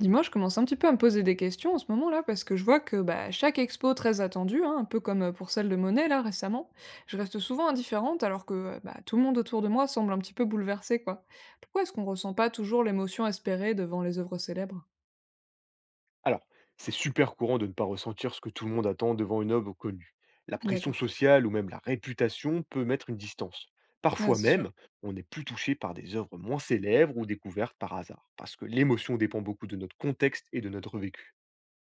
Dis-moi, je commence un petit peu à me poser des questions en ce moment-là, parce que je vois que bah, chaque expo très attendue, hein, un peu comme pour celle de Monet là récemment, je reste souvent indifférente alors que bah, tout le monde autour de moi semble un petit peu bouleversé, quoi. Pourquoi est-ce qu'on ressent pas toujours l'émotion espérée devant les œuvres célèbres? Alors, c'est super courant de ne pas ressentir ce que tout le monde attend devant une œuvre connue. La pression D'accord, sociale ou même la réputation peut mettre une distance. ouais, Parfois c'est même, sûr. on est plus touché par des œuvres moins célèbres ou découvertes par hasard, parce que l'émotion dépend beaucoup de notre contexte et de notre vécu.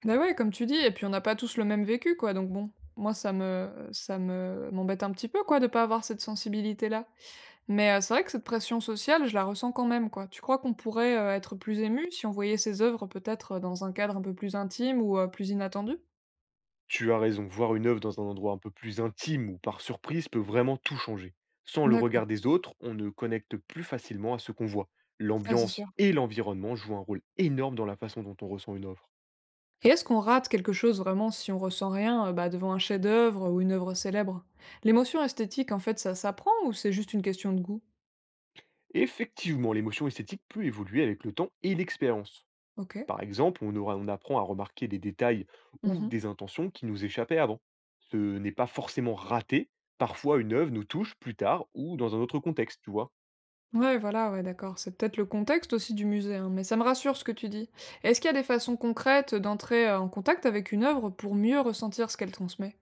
Bah ouais, comme tu dis, et puis on n'a pas tous le même vécu, quoi, donc bon, moi ça me m'embête un petit peu quoi de pas avoir cette sensibilité-là. Mais c'est vrai que cette pression sociale, je la ressens quand même, quoi. Tu crois qu'on pourrait être plus ému si on voyait ses œuvres peut-être, dans un cadre un peu plus intime ou plus inattendu? Tu as raison, voir une œuvre dans un endroit un peu plus intime ou par surprise peut vraiment tout changer. Sans le D'accord, regard des autres, on ne connecte plus facilement à ce qu'on voit. ouais, c'est sûr. L'ambiance et l'environnement jouent un rôle énorme dans la façon dont on ressent une œuvre. Et est-ce qu'on rate quelque chose vraiment si on ressent rien, bah, devant un chef-d'œuvre ou une œuvre célèbre? L'émotion esthétique, en fait, ça s'apprend ou c'est juste une question de goût? Effectivement, l'émotion esthétique peut évoluer avec le temps et l'expérience. OK. Par exemple, on apprend à remarquer des détails ou Mmh. des intentions qui nous échappaient avant. Ce n'est pas forcément raté. Parfois, une œuvre nous touche plus tard ou dans un autre contexte, tu vois. Ouais, voilà, ouais, d'accord. C'est peut-être le contexte aussi du musée, hein, mais ça me rassure ce que tu dis. Est-ce qu'il y a des façons concrètes d'entrer en contact avec une œuvre pour mieux ressentir ce qu'elle transmet?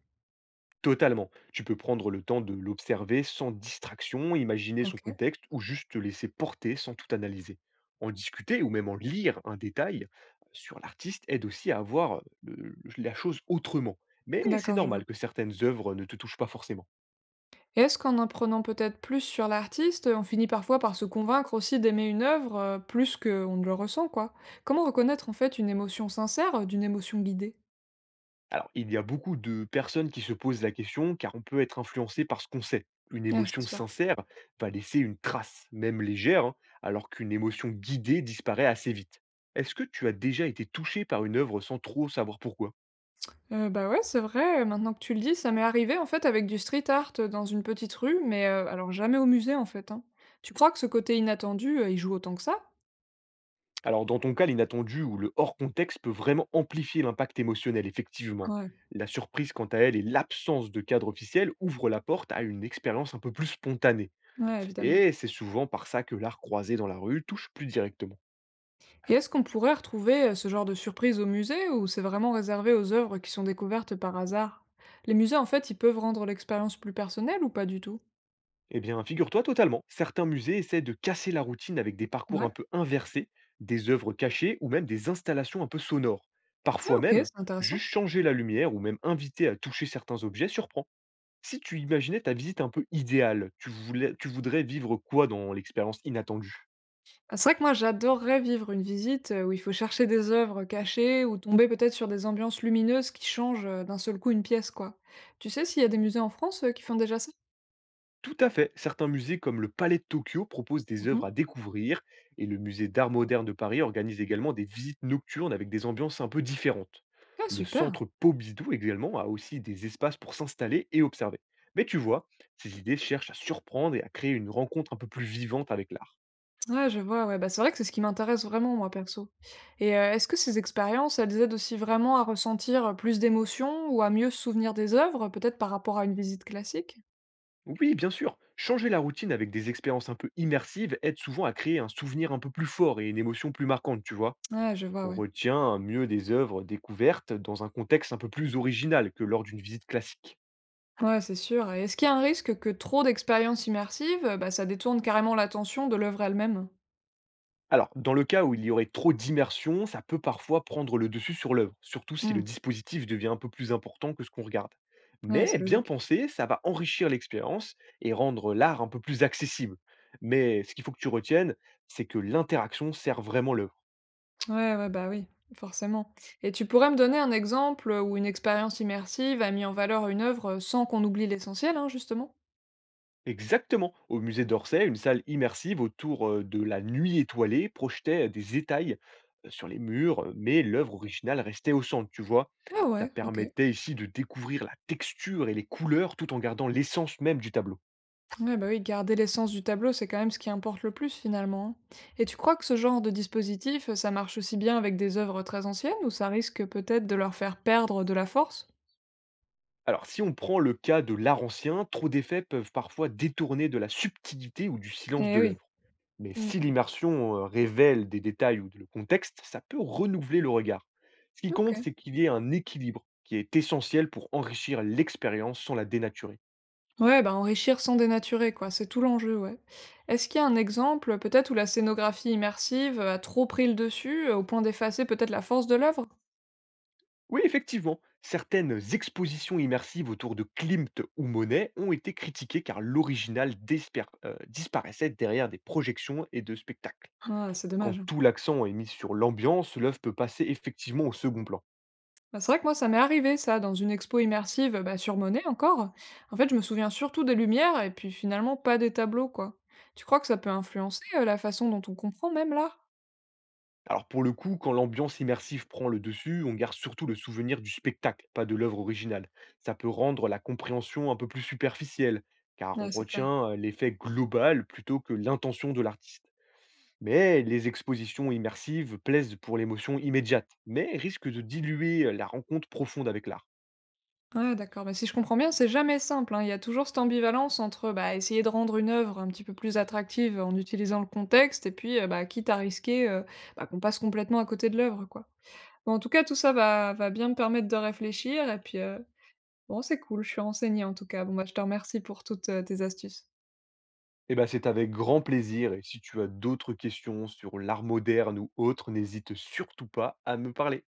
Totalement. Tu peux prendre le temps de l'observer sans distraction, imaginer son OK, contexte ou juste te laisser porter sans tout analyser. En discuter ou même en lire un détail sur l'artiste aide aussi à avoir la chose autrement. Mais c'est d'accord, je vois. normal que certaines œuvres ne te touchent pas forcément. Et est-ce qu'en apprenant peut-être plus sur l'artiste, on finit parfois par se convaincre aussi d'aimer une œuvre plus qu'on ne le ressent, quoi? Comment reconnaître en fait une émotion sincère d'une émotion guidée? Alors, il y a beaucoup de personnes qui se posent la question car on peut être influencé par ce qu'on sait. Une Ah, c'est émotion sûr. sincère va laisser une trace, même légère, hein, alors qu'une émotion guidée disparaît assez vite. Est-ce que tu as déjà été touché par une œuvre sans trop savoir pourquoi? Bah ouais, c'est vrai, maintenant que tu le dis, ça m'est arrivé en fait avec du street art dans une petite rue, mais alors jamais au musée en fait, hein. Tu crois que ce côté inattendu, il joue autant que ça? Alors, dans ton cas, l'inattendu ou le hors contexte peut vraiment amplifier l'impact émotionnel, effectivement. Ouais, La surprise, quant à elle, et l'absence de cadre officiel ouvrent la porte à une expérience un peu plus spontanée. ouais, évidemment. Et c'est souvent par ça que l'art croisé dans la rue touche plus directement. Et est-ce qu'on pourrait retrouver ce genre de surprise au musée ou c'est vraiment réservé aux œuvres qui sont découvertes par hasard? Les musées, en fait, ils peuvent rendre l'expérience plus personnelle ou pas du tout? Eh bien, figure-toi totalement. Certains musées essaient de casser la routine avec des parcours un Ouais. peu inversés, des œuvres cachées ou même des installations un peu sonores. Ah, Parfois OK, même, c'est intéressant. juste changer la lumière ou même inviter à toucher certains objets surprend. Si tu imaginais ta visite un peu idéale, tu voudrais vivre quoi dans l'expérience inattendue? Ah, c'est vrai que moi, j'adorerais vivre une visite où il faut chercher des œuvres cachées ou tomber peut-être sur des ambiances lumineuses qui changent d'un seul coup une pièce, quoi. Tu sais s'il y a des musées en France qui font déjà ça? Tout à fait. Certains musées comme le Palais de Tokyo proposent des Mhm. œuvres à découvrir et le musée d'art moderne de Paris organise également des visites nocturnes avec des ambiances un peu différentes. Ah, Le super. centre Pompidou également a aussi des espaces pour s'installer et observer. Mais tu vois, ces idées cherchent à surprendre et à créer une rencontre un peu plus vivante avec l'art. Ouais, je vois, ouais, bah, c'est vrai que c'est ce qui m'intéresse vraiment, moi, perso. Et est-ce que ces expériences, elles aident aussi vraiment à ressentir, plus d'émotions ou à mieux se souvenir des œuvres, peut-être par rapport à une visite classique? Oui, bien sûr, changer la routine avec des expériences un peu immersives aide souvent à créer un souvenir un peu plus fort et une émotion plus marquante, tu vois. Ouais, je vois, On ouais. retient mieux des œuvres découvertes dans un contexte un peu plus original que lors d'une visite classique. Ouais, c'est sûr, et est-ce qu'il y a un risque que trop d'expériences immersives, bah, ça détourne carrément l'attention de l'œuvre elle-même? Alors, dans le cas où il y aurait trop d'immersion, ça peut parfois prendre le dessus sur l'œuvre, surtout si Mmh. le dispositif devient un peu plus important que ce qu'on regarde. Ouais, c'est Mais bien logique. pensé, ça va enrichir l'expérience et rendre l'art un peu plus accessible. Mais ce qu'il faut que tu retiennes, c'est que l'interaction sert vraiment l'œuvre. Ouais, ouais, bah, oui, forcément, et tu pourrais me donner un exemple où une expérience immersive a mis en valeur une œuvre sans qu'on oublie l'essentiel, hein, justement? Exactement. Au musée d'Orsay, une salle immersive autour de la nuit étoilée projetait des étails sur les murs, mais l'œuvre originale restait au centre, tu vois. Ah Ça ouais, OK. permettait ici de découvrir la texture et les couleurs tout en gardant l'essence même du tableau. Ouais, bah oui, garder l'essence du tableau, c'est quand même ce qui importe le plus finalement, hein. Et tu crois que ce genre de dispositif, ça marche aussi bien avec des œuvres très anciennes ou ça risque peut-être de leur faire perdre de la force? Alors, si on prend le cas de l'art ancien, trop d'effets peuvent parfois détourner de la subtilité ou du silence Eh de oui. l'œuvre. Mais Mm. si l'immersion révèle des détails ou le contexte, ça peut renouveler le regard. Ce qui OK. compte, c'est qu'il y ait un équilibre qui est essentiel pour enrichir l'expérience sans la dénaturer. Ouais, bah enrichir sans dénaturer, quoi, c'est tout l'enjeu, ouais. Est-ce qu'il y a un exemple, peut-être, où la scénographie immersive a trop pris le dessus, au point d'effacer peut-être la force de l'œuvre? Oui, effectivement, certaines expositions immersives autour de Klimt ou Monet ont été critiquées car l'original disparaissait derrière des projections et de spectacles. Ah, c'est Quand dommage. tout l'accent est mis sur l'ambiance, l'œuvre peut passer effectivement au second plan. Bah, c'est vrai que moi, ça m'est arrivé ça, dans une expo immersive bah, sur Monet encore. En fait, je me souviens surtout des lumières et puis finalement pas des tableaux, quoi. Tu crois que ça peut influencer la façon dont on comprend même là? Alors pour le coup, quand l'ambiance immersive prend le dessus, on garde surtout le souvenir du spectacle, pas de l'œuvre originale. Ça peut rendre la compréhension un peu plus superficielle, car on Ouais, c'est clair. retient l'effet global plutôt que l'intention de l'artiste. Mais les expositions immersives plaisent pour l'émotion immédiate, mais risquent de diluer la rencontre profonde avec l'art. Ouais, d'accord. Bah, si je comprends bien, c'est jamais simple, hein. Il y a toujours cette ambivalence entre bah, essayer de rendre une œuvre un petit peu plus attractive en utilisant le contexte et puis bah, quitte à risquer bah, qu'on passe complètement à côté de l'œuvre, quoi. Bon, en tout cas, tout ça va bien me permettre de réfléchir et puis bon, c'est cool, je suis renseignée en tout cas. Bon, bah, je te remercie pour toutes tes astuces. Eh ben, c'est avec grand plaisir et si tu as d'autres questions sur l'art moderne ou autre, n'hésite surtout pas à me parler.